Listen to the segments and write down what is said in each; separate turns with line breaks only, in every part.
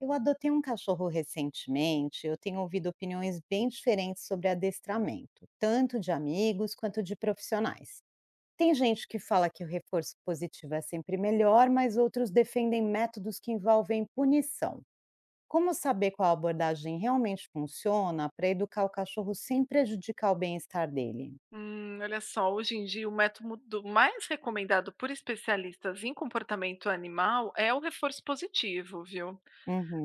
Eu adotei um cachorro recentemente, eu tenho ouvido opiniões bem diferentes sobre adestramento, tanto de amigos quanto de profissionais. Tem gente que fala que o reforço positivo é sempre melhor, mas outros defendem métodos que envolvem punição. Como saber qual abordagem realmente funciona para educar o cachorro sem prejudicar o bem-estar dele?
Hoje em dia o método mais recomendado por especialistas em comportamento animal é o reforço positivo, viu?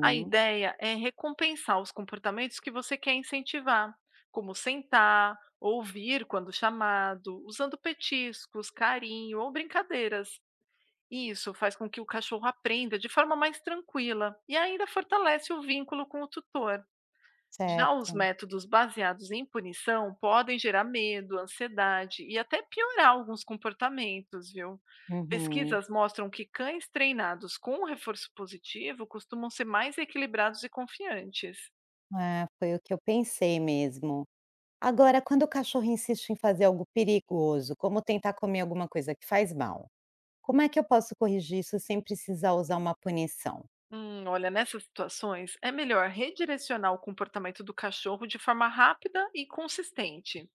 A ideia é recompensar os comportamentos que você quer incentivar, como sentar, ouvir quando chamado, usando petiscos, carinho ou brincadeiras. E isso faz com que o cachorro aprenda de forma mais tranquila e ainda fortalece o vínculo com o tutor. Já os
certo.
métodos baseados em punição podem gerar medo, ansiedade e até piorar alguns comportamentos, viu?
Uhum.
Pesquisas mostram que cães treinados com um reforço positivo costumam ser mais equilibrados e confiantes.
É, foi o que eu pensei mesmo. Agora, quando o cachorro insiste em fazer algo perigoso, como tentar comer alguma coisa que faz mal, como é que eu posso corrigir isso sem precisar usar uma punição?
Nessas situações é melhor redirecionar o comportamento do cachorro de forma rápida e consistente.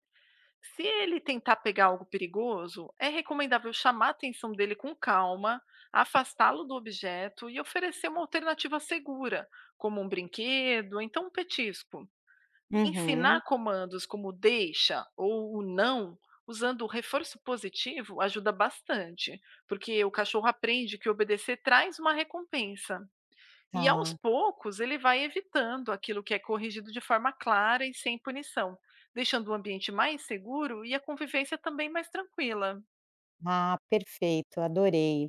Se ele tentar pegar algo perigoso, é recomendável chamar a atenção dele com calma, afastá-lo do objeto e oferecer uma alternativa segura, como um brinquedo, ou então um petisco.
Uhum.
Ensinar comandos como deixa ou o não, usando o reforço positivo, ajuda bastante, porque o cachorro aprende que obedecer traz uma recompensa. E aos
Tá.
poucos ele vai evitando aquilo que é corrigido de forma clara e sem punição, deixando o ambiente mais seguro e a convivência também mais tranquila.
Ah, perfeito, adorei.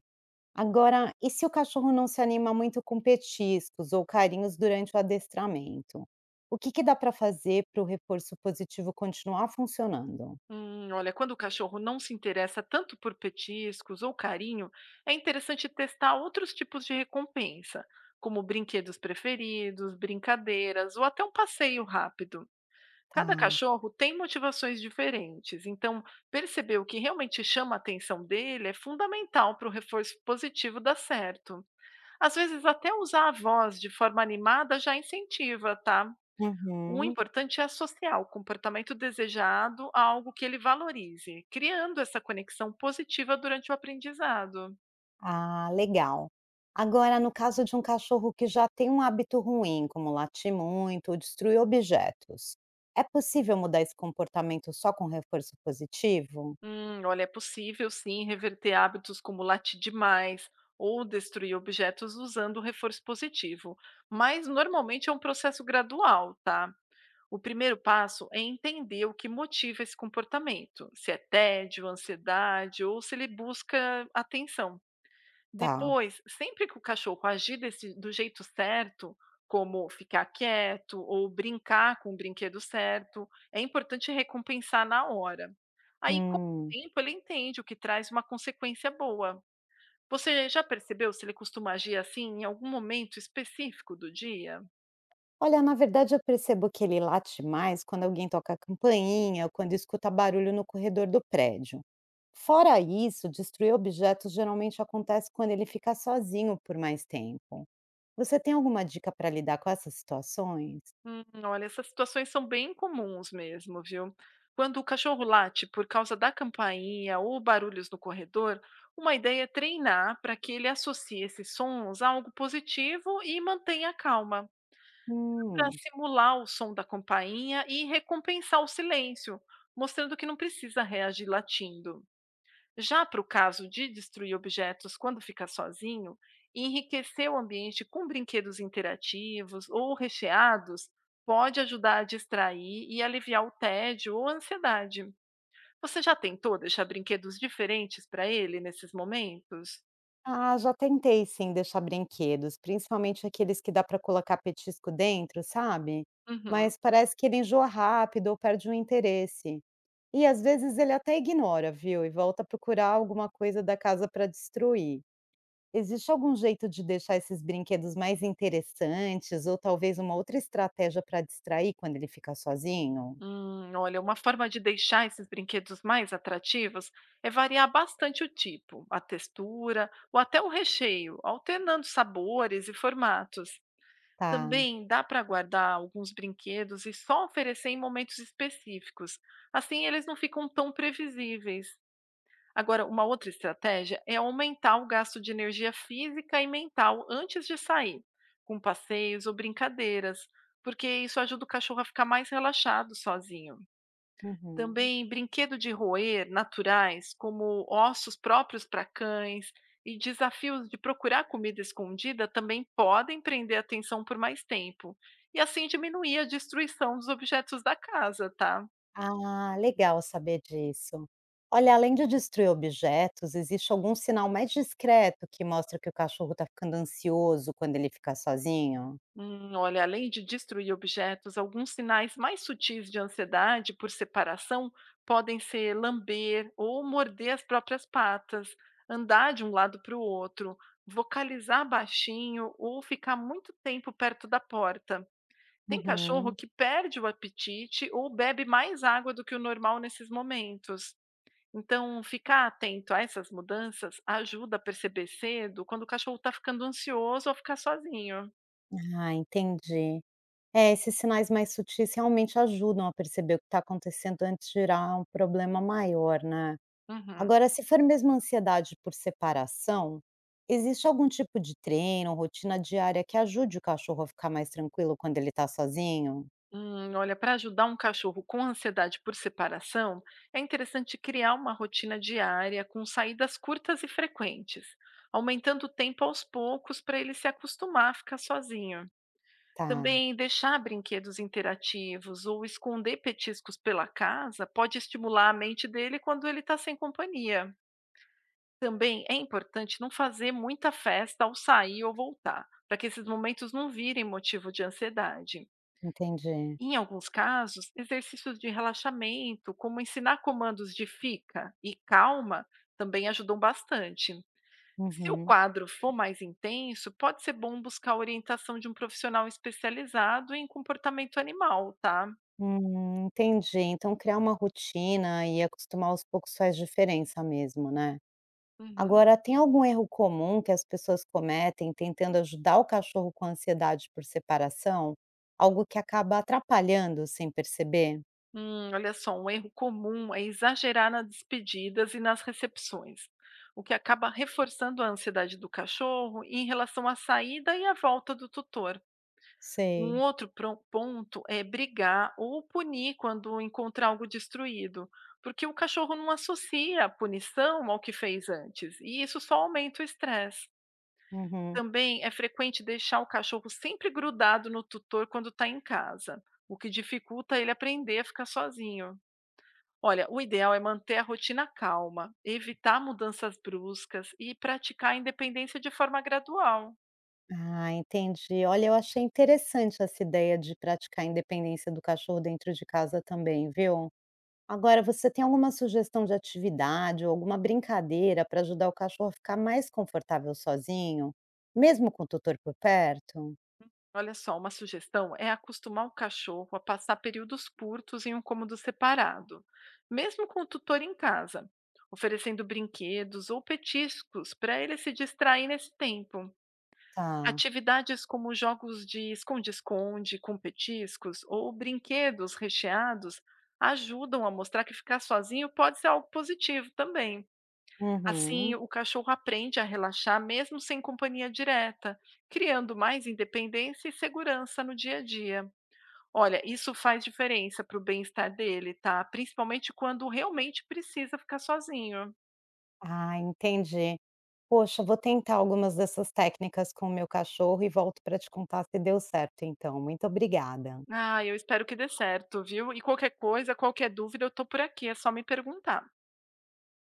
Agora, e se o cachorro não se anima muito com petiscos ou carinhos durante o adestramento? O que que dá para fazer para o reforço positivo continuar funcionando?
Quando o cachorro não se interessa tanto por petiscos ou carinho, é interessante testar outros tipos de recompensa, como brinquedos preferidos, brincadeiras ou até um passeio rápido. Cada
Tá.
cachorro tem motivações diferentes, então perceber o que realmente chama a atenção dele é fundamental para o reforço positivo dar certo. Às vezes, até usar a voz de forma animada já incentiva, tá? O
Uhum.
importante é associar o comportamento desejado a algo que ele valorize, criando essa conexão positiva durante o aprendizado.
Ah, legal. Agora, no caso de um cachorro que já tem um hábito ruim, como latir muito ou destruir objetos, é possível mudar esse comportamento só com reforço positivo?
É possível sim reverter hábitos como latir demais ou destruir objetos usando o reforço positivo, mas normalmente é um processo gradual, tá? O primeiro passo é entender o que motiva esse comportamento, se é tédio, ansiedade ou se ele busca atenção.
Tá.
Depois, sempre que o cachorro agir desse do jeito certo, como ficar quieto ou brincar com o brinquedo certo, é importante recompensar na hora. Aí, com o
Hum.
tempo, ele entende o que traz uma consequência boa. Você já percebeu se ele costuma agir assim em algum momento específico do dia?
Olha, na verdade, eu percebo que ele late mais quando alguém toca a campainha ou quando escuta barulho no corredor do prédio. Fora isso, destruir objetos geralmente acontece quando ele fica sozinho por mais tempo. Você tem alguma dica para lidar com essas situações?
Essas situações são bem comuns mesmo, viu? Quando o cachorro late por causa da campainha ou barulhos no corredor, uma ideia é treinar para que ele associe esses sons a algo positivo e mantenha a calma, para
Hum.
simular o som da campainha e recompensar o silêncio, mostrando que não precisa reagir latindo. Já para o caso de destruir objetos quando fica sozinho, enriquecer o ambiente com brinquedos interativos ou recheados pode ajudar a distrair e aliviar o tédio ou a ansiedade. Você já tentou deixar brinquedos diferentes para ele nesses momentos?
Ah, já tentei sim deixar brinquedos, principalmente aqueles que dá para colocar petisco dentro, sabe?
Uhum.
Mas parece que ele enjoa rápido ou perde o interesse. E às vezes ele até ignora, viu? E volta a procurar alguma coisa da casa para destruir. Existe algum jeito de deixar esses brinquedos mais interessantes ou talvez uma outra estratégia para distrair quando ele fica sozinho?
Uma forma de deixar esses brinquedos mais atrativos é variar bastante o tipo, a textura ou até o recheio, alternando sabores e formatos.
Tá.
Também dá para guardar alguns brinquedos e só oferecer em momentos específicos. Assim, eles não ficam tão previsíveis. Agora, uma outra estratégia é aumentar o gasto de energia física e mental antes de sair, com passeios ou brincadeiras, porque isso ajuda o cachorro a ficar mais relaxado sozinho.
Uhum.
Também brinquedo de roer naturais, como ossos próprios para cães, e desafios de procurar comida escondida também podem prender a atenção por mais tempo, e assim diminuir a destruição dos objetos da casa, tá?
Ah, legal saber disso. Olha, além de destruir objetos, existe algum sinal mais discreto que mostra que o cachorro está ficando ansioso quando ele fica sozinho?
Além de destruir objetos, alguns sinais mais sutis de ansiedade por separação podem ser lamber ou morder as próprias patas, andar de um lado para o outro, vocalizar baixinho ou ficar muito tempo perto da porta. Tem cachorro
Uhum.
que perde o apetite ou bebe mais água do que o normal nesses momentos. Então, ficar atento a essas mudanças ajuda a perceber cedo quando o cachorro está ficando ansioso ou ficar sozinho.
Ah, entendi. É, esses sinais mais sutis realmente ajudam a perceber o que está acontecendo antes de virar um problema maior, né?
Uhum.
Agora, se for mesmo ansiedade por separação, existe algum tipo de treino, rotina diária que ajude o cachorro a ficar mais tranquilo quando ele está sozinho?
Para ajudar um cachorro com ansiedade por separação, é interessante criar uma rotina diária com saídas curtas e frequentes, aumentando o tempo aos poucos para ele se acostumar a ficar sozinho.
Tá,
Também deixar brinquedos interativos ou esconder petiscos pela casa pode estimular a mente dele quando ele está sem companhia. Também é importante não fazer muita festa ao sair ou voltar, para que esses momentos não virem motivo de ansiedade.
entendi.
Em alguns casos, exercícios de relaxamento, como ensinar comandos de fica e calma, também ajudam bastante. Se o
Uhum.
quadro for mais intenso, pode ser bom buscar a orientação de um profissional especializado em comportamento animal, tá?
Entendi. Então criar uma rotina e acostumar aos poucos faz diferença mesmo, né.
Uhum.
Agora, tem algum erro comum que as pessoas cometem tentando ajudar o cachorro com ansiedade por separação? Algo que acaba atrapalhando sem perceber?
Um erro comum é exagerar nas despedidas e nas recepções, o que acaba reforçando a ansiedade do cachorro em relação à saída e à volta do tutor. Um
Sei.
outro pro ponto é brigar ou punir quando encontrar algo destruído, porque o cachorro não associa a punição ao que fez antes, e isso só aumenta o estresse.
Uhum.
Também é frequente deixar o cachorro sempre grudado no tutor quando está em casa, o que dificulta ele aprender a ficar sozinho. Olha, o ideal é manter a rotina calma, evitar mudanças bruscas e praticar a independência de forma gradual.
Ah, entendi. Olha, eu achei interessante essa ideia de praticar a independência do cachorro dentro de casa também, viu. Agora, você tem alguma sugestão de atividade ou alguma brincadeira para ajudar o cachorro a ficar mais confortável sozinho, mesmo com o tutor por perto?
Olha só, uma sugestão é acostumar o cachorro a passar períodos curtos em um cômodo separado, mesmo com o tutor em casa, oferecendo brinquedos ou petiscos para ele se distrair nesse tempo.
Tá.
Atividades como jogos de esconde-esconde com petiscos ou brinquedos recheados ajudam a mostrar que ficar sozinho pode ser algo positivo também. Assim,
Uhum.
o cachorro aprende a relaxar mesmo sem companhia direta, criando mais independência e segurança no dia a dia. Olha, isso faz diferença para o bem-estar dele, tá? Principalmente quando realmente precisa ficar sozinho.
Ah, entendi. Poxa, vou tentar algumas dessas técnicas com o meu cachorro e volto para te contar se deu certo, então. Muito obrigada.
Ah, eu espero que dê certo, viu? E qualquer coisa, qualquer dúvida, eu tô por aqui, é só me perguntar.